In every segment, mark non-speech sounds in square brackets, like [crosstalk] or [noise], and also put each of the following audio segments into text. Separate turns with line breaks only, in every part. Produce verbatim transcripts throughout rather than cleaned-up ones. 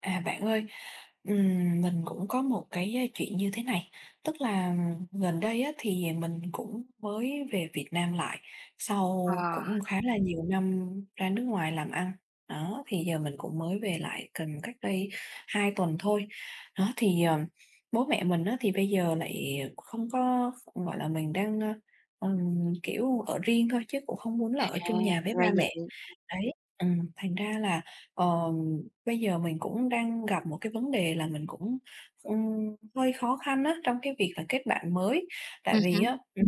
À, bạn ơi, ừm, mình cũng có một cái, a, chuyện như thế này, tức là gần đây á thì mình cũng mới về Việt Nam lại, sau
Ờ,
cũng khá là nhiều năm ra nước ngoài làm ăn. Đó, thì giờ mình cũng mới về lại gần cách đây hai tuần thôi. Đó, thì, ờ, bố mẹ mình á thì bây giờ lại không có gọi là, mình đang, ơ, ừm, kiểu, ở riêng thôi chứ cũng không muốn là
à,
ở chung nhà với
ra
ba mẹ.
vậy.
Đấy, ừm, thành ra là, ờ, bây giờ mình cũng đang gặp một cái vấn đề là mình cũng, ừm, hơi khó khăn á, trong cái việc là kết bạn mới. Tại
Ừm
vì
hứm,
á, ừm,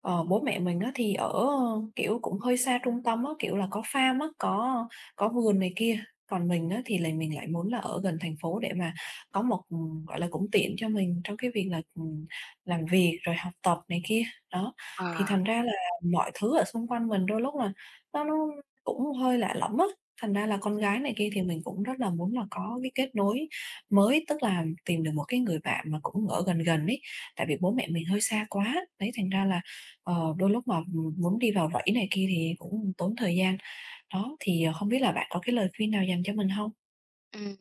ờ, bố mẹ mình á thì ở, ơ, kiểu, cũng hơi xa trung tâm á, kiểu là, có farm á, có có vườn này kia, còn mình á thì lại mình lại muốn là ở gần thành phố để mà có một ừm, gọi là, cũng tiện cho mình trong cái việc là, ừm, làm việc rồi học tập này kia. Đó, thì
ờ.
thành ra là mọi thứ ở xung quanh mình đôi lúc là nó nó cũng hơi lạ lẫm á, thành ra là con gái này kia thì mình cũng rất là muốn là có cái kết nối mới, tức là tìm được một cái người bạn mà cũng ở gần gần ấy, tại vì bố mẹ mình hơi xa quá. Đấy, thành ra là, ờ, đôi lúc mà, muốn đi vào rẫy này kia thì cũng tốn thời gian. Đó, thì, ờ, không biết là bạn có cái lời khuyên nào dành cho mình không?
Ừm,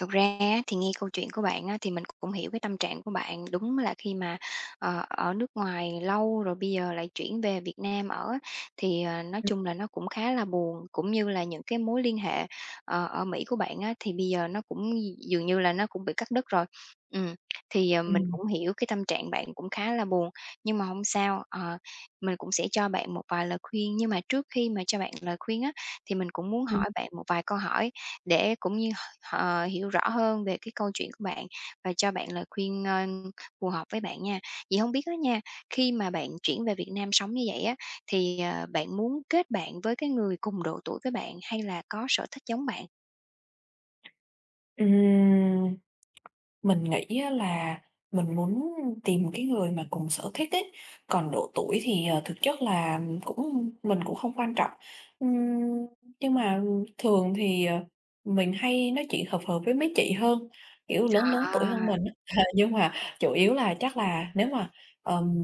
Thực ra á, thì nghe câu chuyện của bạn á, thì mình cũng hiểu cái tâm trạng của bạn. Đúng là khi mà, ờ, ở nước ngoài lâu rồi bây giờ lại chuyển về Việt Nam ở á, thì, ờ, nói chung là nó cũng khá là buồn, cũng như là những cái mối liên hệ, ờ, ở Mỹ của bạn á, thì bây giờ nó cũng dường như là nó cũng bị cắt đứt rồi. Ừm, thì, ờ,
Ừm,
mình
ừm,
cũng hiểu cái tâm trạng bạn cũng khá là buồn, nhưng mà không sao, ờ, mình cũng sẽ cho bạn một vài lời khuyên. Nhưng mà trước khi mà cho bạn lời khuyên á, thì mình cũng muốn
ừm,
hỏi bạn một vài câu hỏi để cũng như ờ, hiểu rõ hơn về cái câu chuyện của bạn và cho bạn lời khuyên, ơ, phù hợp với bạn nha. Vậy không biết đó nha, khi mà bạn chuyển về Việt Nam sống như vậy á, thì, ờ, bạn muốn kết bạn với cái người cùng độ tuổi với bạn hay là có sở thích giống bạn?
Ừm. Mình nghĩ á là mình muốn tìm cái người mà cùng sở thích ấy, còn độ tuổi thì, ờ, thực chất là cũng mình cũng không quan trọng. Ừm, nhưng mà thường thì, ờ, mình hay nói chuyện hợp hợp với mấy chị hơn, kiểu, lớn lớn tuổi
À,
hơn mình á. [laughs] nhưng mà chủ yếu là chắc là nếu mà, ờm,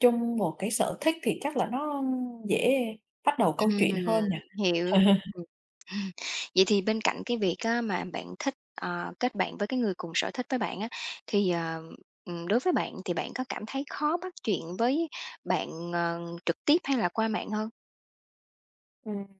chung một cái sở thích thì chắc là nó dễ bắt đầu câu chuyện
ừm,
hơn nhỉ?
hiểu. Ừm.
[laughs]
Ừm, [laughs] vậy thì bên cạnh cái việc á mà bạn thích, ờ, kết bạn với cái người cùng sở thích với bạn á, thì, ờ, ừm, đối với bạn thì bạn có cảm thấy khó bắt chuyện với bạn, ờ, trực tiếp hay là qua mạng hơn?
Ừm.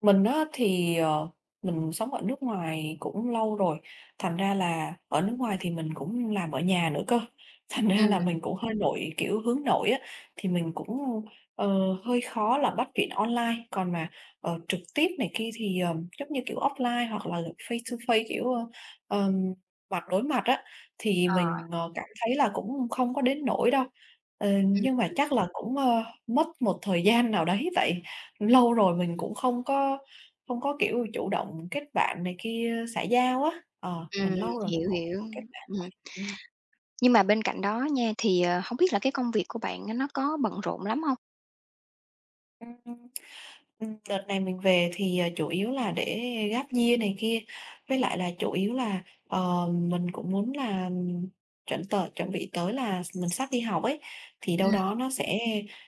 Mình á thì, ờ, mình sống ở nước ngoài cũng lâu rồi, thành ra là ở nước ngoài thì mình cũng làm ở nhà nữa cơ, [laughs] thành ra
Ừm,
là mình cũng hơi nội, kiểu, hướng nội á, thì mình cũng, ờ, hơi khó là bắt chuyện online, còn mà, ờ, trực tiếp này kia thì, ờ, giống như, kiểu, offline hoặc là face to face, kiểu, ơ, ờm, mặt đối mặt á, thì
ờ.
mình, ờ, cảm thấy là cũng không có đến nỗi đâu. Ờ,
Ừm,
nhưng mà chắc là cũng, ơ, mất một thời gian nào đấy vậy. Lâu rồi mình cũng không có không có, kiểu, chủ động kết bạn này kia, xã giao á, ờ, mình
ừm,
lâu rồi mình
hiểu,
cũng không
hiểu.
có kết bạn.
Ừm,
Ừm,
nhưng mà bên cạnh đó nha, thì, ờ, hổng biết là cái công việc của bạn á nó có bận rộn lắm hông?
ừm, ừm, đợt này mình về thì, ờ, chủ yếu là để Gap year này kia, với lại là chủ yếu là, ờ, mình cũng muốn là chuẩn tờ chuẩn bị tới là mình sắp đi học ấy, thì đâu
Ừm,
đó nó sẽ,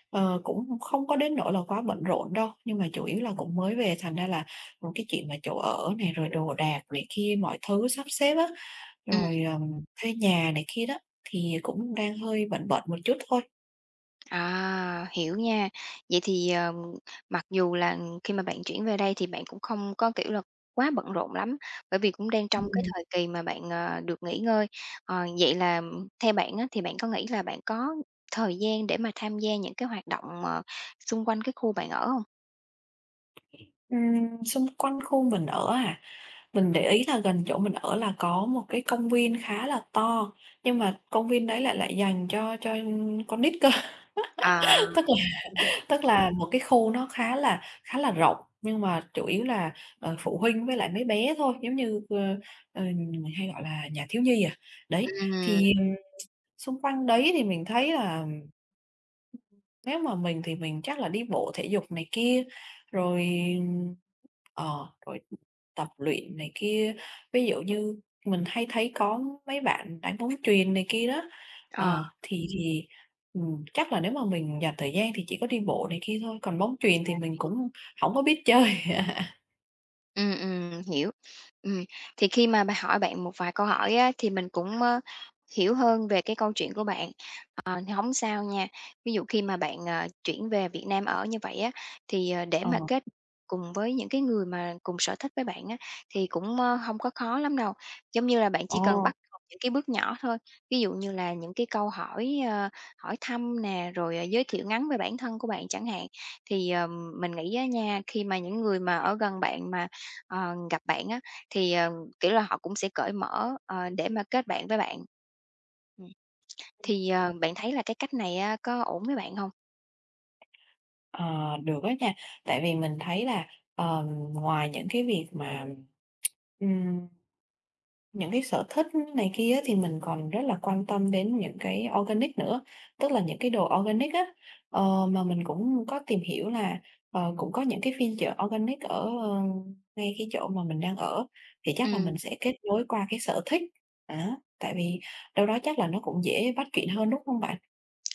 ờ, cũng không có đến nỗi là quá bận rộn đâu, nhưng mà chủ yếu là cũng mới về, thành ra là, ừm, cái chuyện mà chỗ ở này, rồi đồ đạc này kia, mọi thứ sắp xếp á,
ừm,
Rồi, ờm, thuê nhà này kia đó, thì cũng đang hơi bận bận một chút thôi.
à, hiểu nha. Vậy thì, ờ, mặc dù là khi mà bạn chuyển về đây thì bạn cũng không có, kiểu là, quá bận rộn lắm, bởi vì cũng đang trong cái
Ừm.
thời kỳ mà bạn, ờ, được nghỉ ngơi. Ờ, vậy là theo bạn á, thì bạn có nghĩ là bạn có thời gian để mà tham gia những cái hoạt động, ờ, xung quanh cái khu bạn ở hông?
Ừm, xung quanh khu mình ở à, mình để ý là gần chỗ mình ở là có một cái công viên khá là to, nhưng mà công viên đấy lại lại dành cho cho con nít cơ,
À,
[laughs] tức là
ừm,
tức là một cái khu nó khá là khá là rộng, nhưng mà chủ yếu là, ờ, phụ huynh với lại mấy bé thôi, giống như, ờ, ờ, mình hay gọi là nhà thiếu nhi à. Đấy, thì, ừm, xung quanh đấy thì mình thấy là nếu mà mình thì mình chắc là đi bộ thể dục này kia, rồi, ờ, rồi tập luyện này kia. Ví dụ như mình hay thấy có mấy bạn đánh bóng chuyền này kia đó,
ờ.
ờ, thì thì, ừm, chắc là nếu mà mình dành thời gian thì chỉ có đi bộ này kia thôi, còn bóng chuyền thì mình cũng không có biết chơi. [laughs]
Ừm, ừm, hiểu. Ừm, thì khi mà bà hỏi bạn một vài câu hỏi á, thì mình cũng, ơ, hiểu hơn về cái câu chuyện của bạn thì hổng sao nha. Ví dụ khi mà bạn, ờ, chuyển về Việt Nam ở như vậy á, thì, ờ, để
Ờ,
mà kết cùng với những cái người mà cùng sở thích với bạn á, thì cũng, ơ, hông có khó lắm đâu. Giống như là bạn chỉ
ồ.
cần bắt đầu những cái bước nhỏ thôi, ví dụ như là những cái câu hỏi, ơ, hỏi thăm nè, rồi, ờ, giới thiệu ngắn về bản thân của bạn chẳng hạn. Thì, ờm, mình nghĩ á nha, khi mà những người mà ở gần bạn mà, ờ, gặp bạn á, thì, ờ, kiểu là, họ cũng sẽ cởi mở, ờ, để mà kết bạn với bạn. Ừm. Thì, ờ, bạn thấy là cái cách này á có ổn với bạn hông?
Ờ, được đó nha, tại vì mình thấy là, ờm, ngoài những cái việc mà [tsk] những cái sở thích này kia thì mình còn rất là quan tâm đến những cái organic nữa, tức là những cái đồ organic á. Ờ, mà mình cũng có tìm hiểu là, ờ, cũng có những cái phiên chợ organic ở, ờ, ngay cái chỗ mà mình đang ở, thì chắc là
Ừm,
mình sẽ kết nối qua cái sở thích, á, tại vì đâu đó chắc là nó cũng dễ bắt chuyện hơn, đúng không bạn?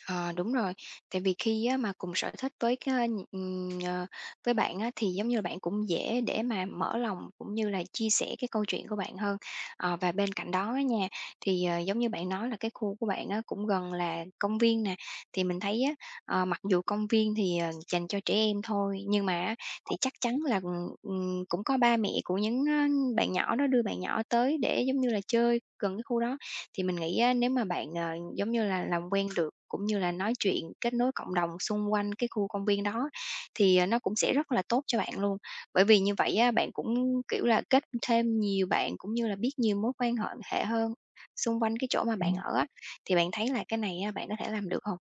ờ, Đúng rồi. Tại vì khi á mà cùng sở thích với cái, ừm, ờ, với bạn á, thì giống như là bạn cũng dễ để mà mở lòng cũng như là chia sẻ cái câu chuyện của bạn hơn. Ờ, và bên cạnh đó á nha, thì, ờ, giống như bạn nói là cái khu của bạn á cũng gần là công viên nè, thì mình thấy á, ờ, mặc dù công viên thì, ờ, dành cho trẻ em thôi, nhưng mà á thì chắc chắn là, ừm, ừm, cũng có ba mẹ của những, ơ, bạn nhỏ đó đưa bạn nhỏ tới để giống như là chơi gần cái khu đó. Thì mình nghĩ á, nếu mà bạn, ờ, giống như là, làm quen được cũng như là nói chuyện, kết nối cộng đồng xung quanh cái khu công viên đó thì, ờ, nó cũng sẽ rất là tốt cho bạn luôn. Bởi vì như vậy á, bạn cũng, kiểu là, kết thêm nhiều bạn cũng như là biết nhiều mối quan họn hệ hơn xung quanh cái chỗ mà bạn
Ừm.
ở á, thì bạn thấy là cái này á, bạn có thể làm được không?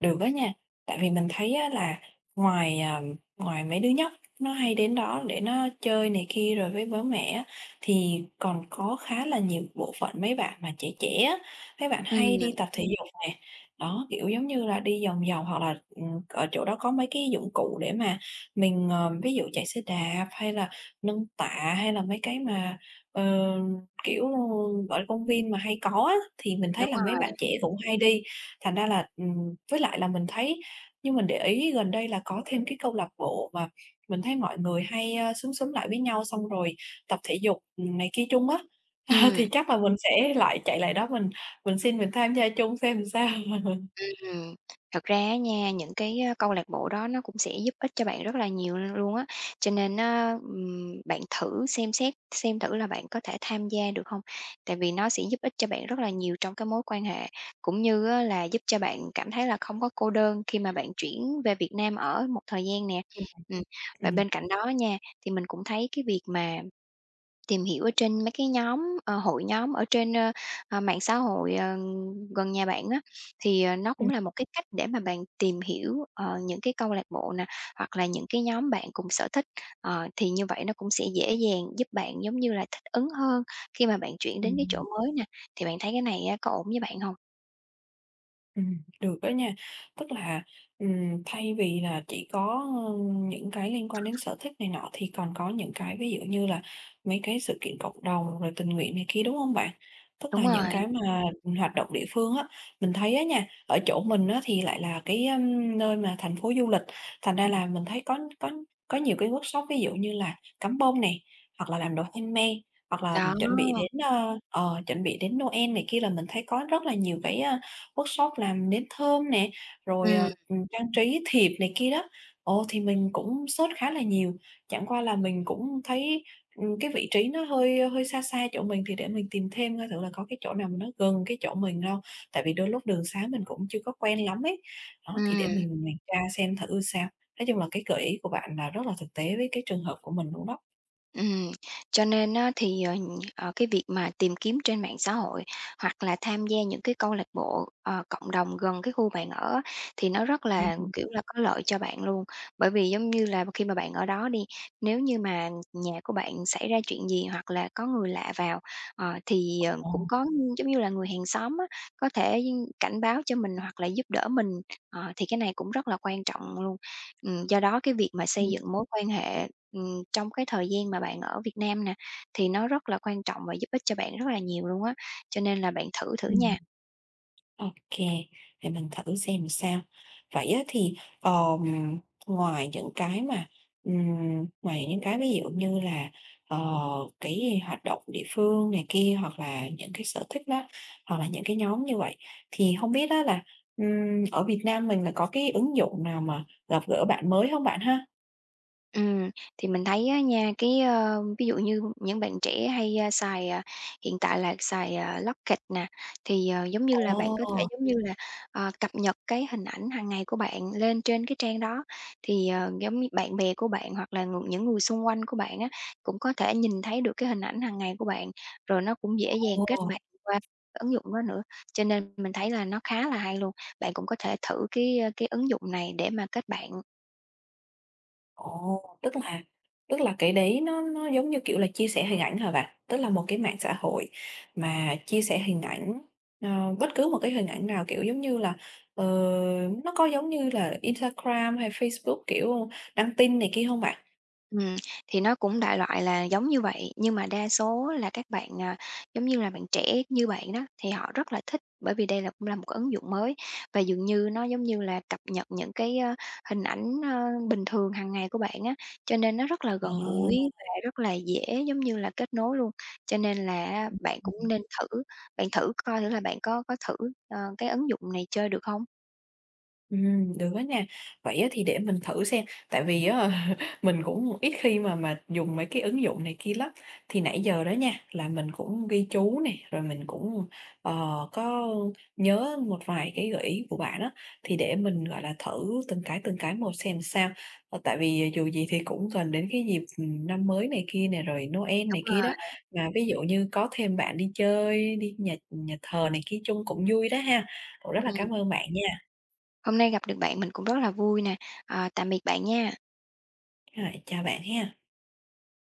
Được á nha, tại vì mình thấy á là ngoài, à, ngoài mấy đứa nhóc nó hay đến đó để nó chơi này kia rồi với bố mẹ á, thì còn có khá là nhiều bộ phận mấy bạn mà trẻ trẻ á, mấy bạn hay đi
Ừm,
tập thể dục nè. Đó, kiểu, giống như là, đi vòng vòng hoặc là, ừm, ở chỗ đó có mấy cái dụng cụ để mà mình, ờ, ví dụ chạy xe đạp hay là nâng tạ hay là mấy cái mà, ờ, kiểu, gọi công viên mà hay có á, thì mình thấy
đúng
là mấy
rồi,
bạn trẻ cũng hay đi. Thành ra là, ừm, với lại là mình thấy như mình để ý gần đây là có thêm cái câu lạc bộ mà mình thấy mọi người hay, a, xúm xúm lại với nhau xong rồi tập thể dục, ừm, này kia chung á, [laughs] ờ, thì
ừm.
chắc là mình sẽ lại chạy lại đó mình mình xin mình tham gia chung xem sao.
Ừm, thật ra á nha, những cái, a, câu lạc bộ đó nó cũng sẽ giúp ích cho bạn rất là nhiều l luôn á, cho nên á, ừm, bạn thử xem xét xem thử là bạn có thể tham gia được không? Tại vì nó sẽ giúp ích cho bạn rất là nhiều trong cái mối quan hệ, cũng như á là giúp cho bạn cảm thấy là không có cô đơn khi mà bạn chuyển về Việt Nam ở một thời gian nè. Ừm, và
Ừm.
bên cạnh đó nha, thì mình cũng thấy cái việc mà tìm hiểu ở trên mấy cái nhóm, ờ, hội nhóm ở trên, ơ, ờ, mạng xã hội, ờ, gần nhà bạn á, thì, ờ, nó
Ừm,
cũng là một cái cách để mà bạn tìm hiểu, ờ, những cái câu lạc bộ nè, hoặc là những cái nhóm bạn cùng sở thích. Ờ, thì như vậy nó cũng sẽ dễ dàng giúp bạn, giống như là, thích ứng hơn khi mà bạn chuyển đến cái chỗ
ừm.
mới nè. Thì bạn thấy cái này á có ổn với bạn không?
Ừm, được đó nha. Tức là, ừm, thay vì là chỉ có, ơ, những cái liên quan đến sở thích này nọ thì còn có những cái ví dụ như là mấy cái sự kiện cộng đồng rồi tình nguyện này kia, đúng không bạn? Tức
Đúng
là những
rồi,
cái mà, hoạt động địa phương á, mình thấy á nha, ở chỗ mình á thì lại là cái, ưm, nơi mà thành phố du lịch, thành ra là mình thấy có có có nhiều cái workshop ví dụ như là cắm bông này hoặc là làm đồ handmade, hoặc là
đó,
chuẩn bị đến, ơ, ờ, chuẩn bị đến Noel này kia là mình thấy có rất là nhiều cái, workshop làm nến thơm nè, rồi,
ừ
ờ, ừm, trang trí thiệp này kia đó. Ồ, thì mình cũng search khá là nhiều, chẳng qua là mình cũng thấy, ừm, cái vị trí nó hơi hơi xa xa chỗ mình thì để mình tìm thêm coi thử là có cái chỗ nào mà nó gần cái chỗ mình hông. Tại vì đôi lúc đường xá mình cũng chưa có quen lắm ấy. Đó, thì để
ừ.
mình mình tra xem thử sao. Nói chung là cái gợi ý của bạn là rất là thực tế với cái trường hợp của mình luôn đó.
Ừm, cho nên á thì, ờ, nh- ờ, cái việc mà tìm kiếm trên mạng xã hội hoặc là tham gia những cái câu lạc bộ, ờ, cộng đồng gần cái khu bạn ở á, thì nó rất là,
Ừm,
kiểu là, có lợi cho bạn luôn. Bởi vì giống như là khi mà bạn ở đó đi, nếu như mà nhà của bạn xảy ra chuyện gì hoặc là có người lạ vào, ờ, thì, ờ,
ờ,
cũng có, giống như là, người hàng xóm á, có thể cảnh báo cho mình hoặc là giúp đỡ mình, ờ, thì cái này cũng rất là quan trọng luôn. Ừm, do đó cái việc mà xây
ừm,
dựng mối quan hệ, ừm, trong cái thời gian mà bạn ở Việt Nam nè, thì nó rất là quan trọng và giúp ích cho bạn rất là nhiều luôn á, cho nên là bạn thử thử
ừm.
nha.
OK, kê, để mình thử xem sao. Vậy á thì, ờm, ngoài những cái mà, ừm, ngoài những cái ví dụ như là, ờ, cái hoạt động địa phương này kia, hoặc là những cái sở thích đó, hoặc là những cái nhóm như vậy, thì không biết á là, ừm, ở Việt Nam mình là có cái ứng dụng nào mà gặp gỡ bạn mới không bạn ha?
Ừm, thì mình thấy á nha, cái, ơ, ví dụ như những bạn trẻ hay, a, xài, à, hiện tại là xài, à, Locket nè, thì, ờ, giống như là, bạn có
Ồ,
thể, giống như là, ờ, cập nhật cái hình ảnh hàng ngày của bạn lên trên cái trang đó. Thì, ờ, giống như bạn bè của bạn hoặc là ng những người xung quanh của bạn á, cũng có thể nhìn thấy được cái hình ảnh hàng ngày của bạn, rồi nó cũng dễ dàng kết
ồ.
bạn qua cái ứng dụng đó nữa. Cho nên mình thấy là nó khá là hay luôn. Bạn cũng có thể thử cái, ơ, cái ứng dụng này để mà kết bạn.
Ồ, tức là tức là cái đấy nó nó giống như, kiểu là, chia sẻ hình ảnh hả bạn? Tức là một cái mạng xã hội mà chia sẻ hình ảnh, ờ, bất cứ một cái hình ảnh nào, kiểu, giống như là, ờ, nó có giống như là Instagram hay Facebook, kiểu, đăng tin này kia không bạn?
Ừm, thì nó cũng đại loại là giống như vậy, nhưng mà đa số là các bạn, à, giống như là, bạn trẻ như bạn đó, thì họ rất là thích bởi vì đây là cũng là một cái ứng dụng mới và dường như nó, giống như là, cập nhật những cái, ơ, hình ảnh, ơ, bình thường hàng ngày của bạn á, cho nên nó rất là
Ờ.
gần gũi và rất là dễ, giống như là, kết nối luôn. Cho nên là bạn cũng nên thử, bạn thử coi thử là bạn có có thử, ờ, cái ứng dụng này chơi được không?
Ừm, được á nha. Vậy á thì để mình thử xem, tại vì á [laughs] mình cũng ít khi mà mà dùng mấy cái ứng dụng này kia lắm. Thì nãy giờ đó nha, là mình cũng ghi chú này rồi mình cũng, ờ, có nhớ một vài cái gợi ý của bạn á, thì để mình, gọi là, thử từng cái, từng cái một xem sao. Ờ, tại vì dù gì thì cũng gần đến cái dịp, ừm, năm mới này kia này rồi Noel này kia đó, mà ví dụ như có thêm bạn đi chơi, đi nhà nhà thờ này kia chung cũng vui đó ha. Cũng rất là
Ừm,
cảm ơn bạn nha.
hôm nay gặp được bạn mình cũng rất là vui nè, ờ, tạm biệt bạn nha.
Rồi, chào bạn ha.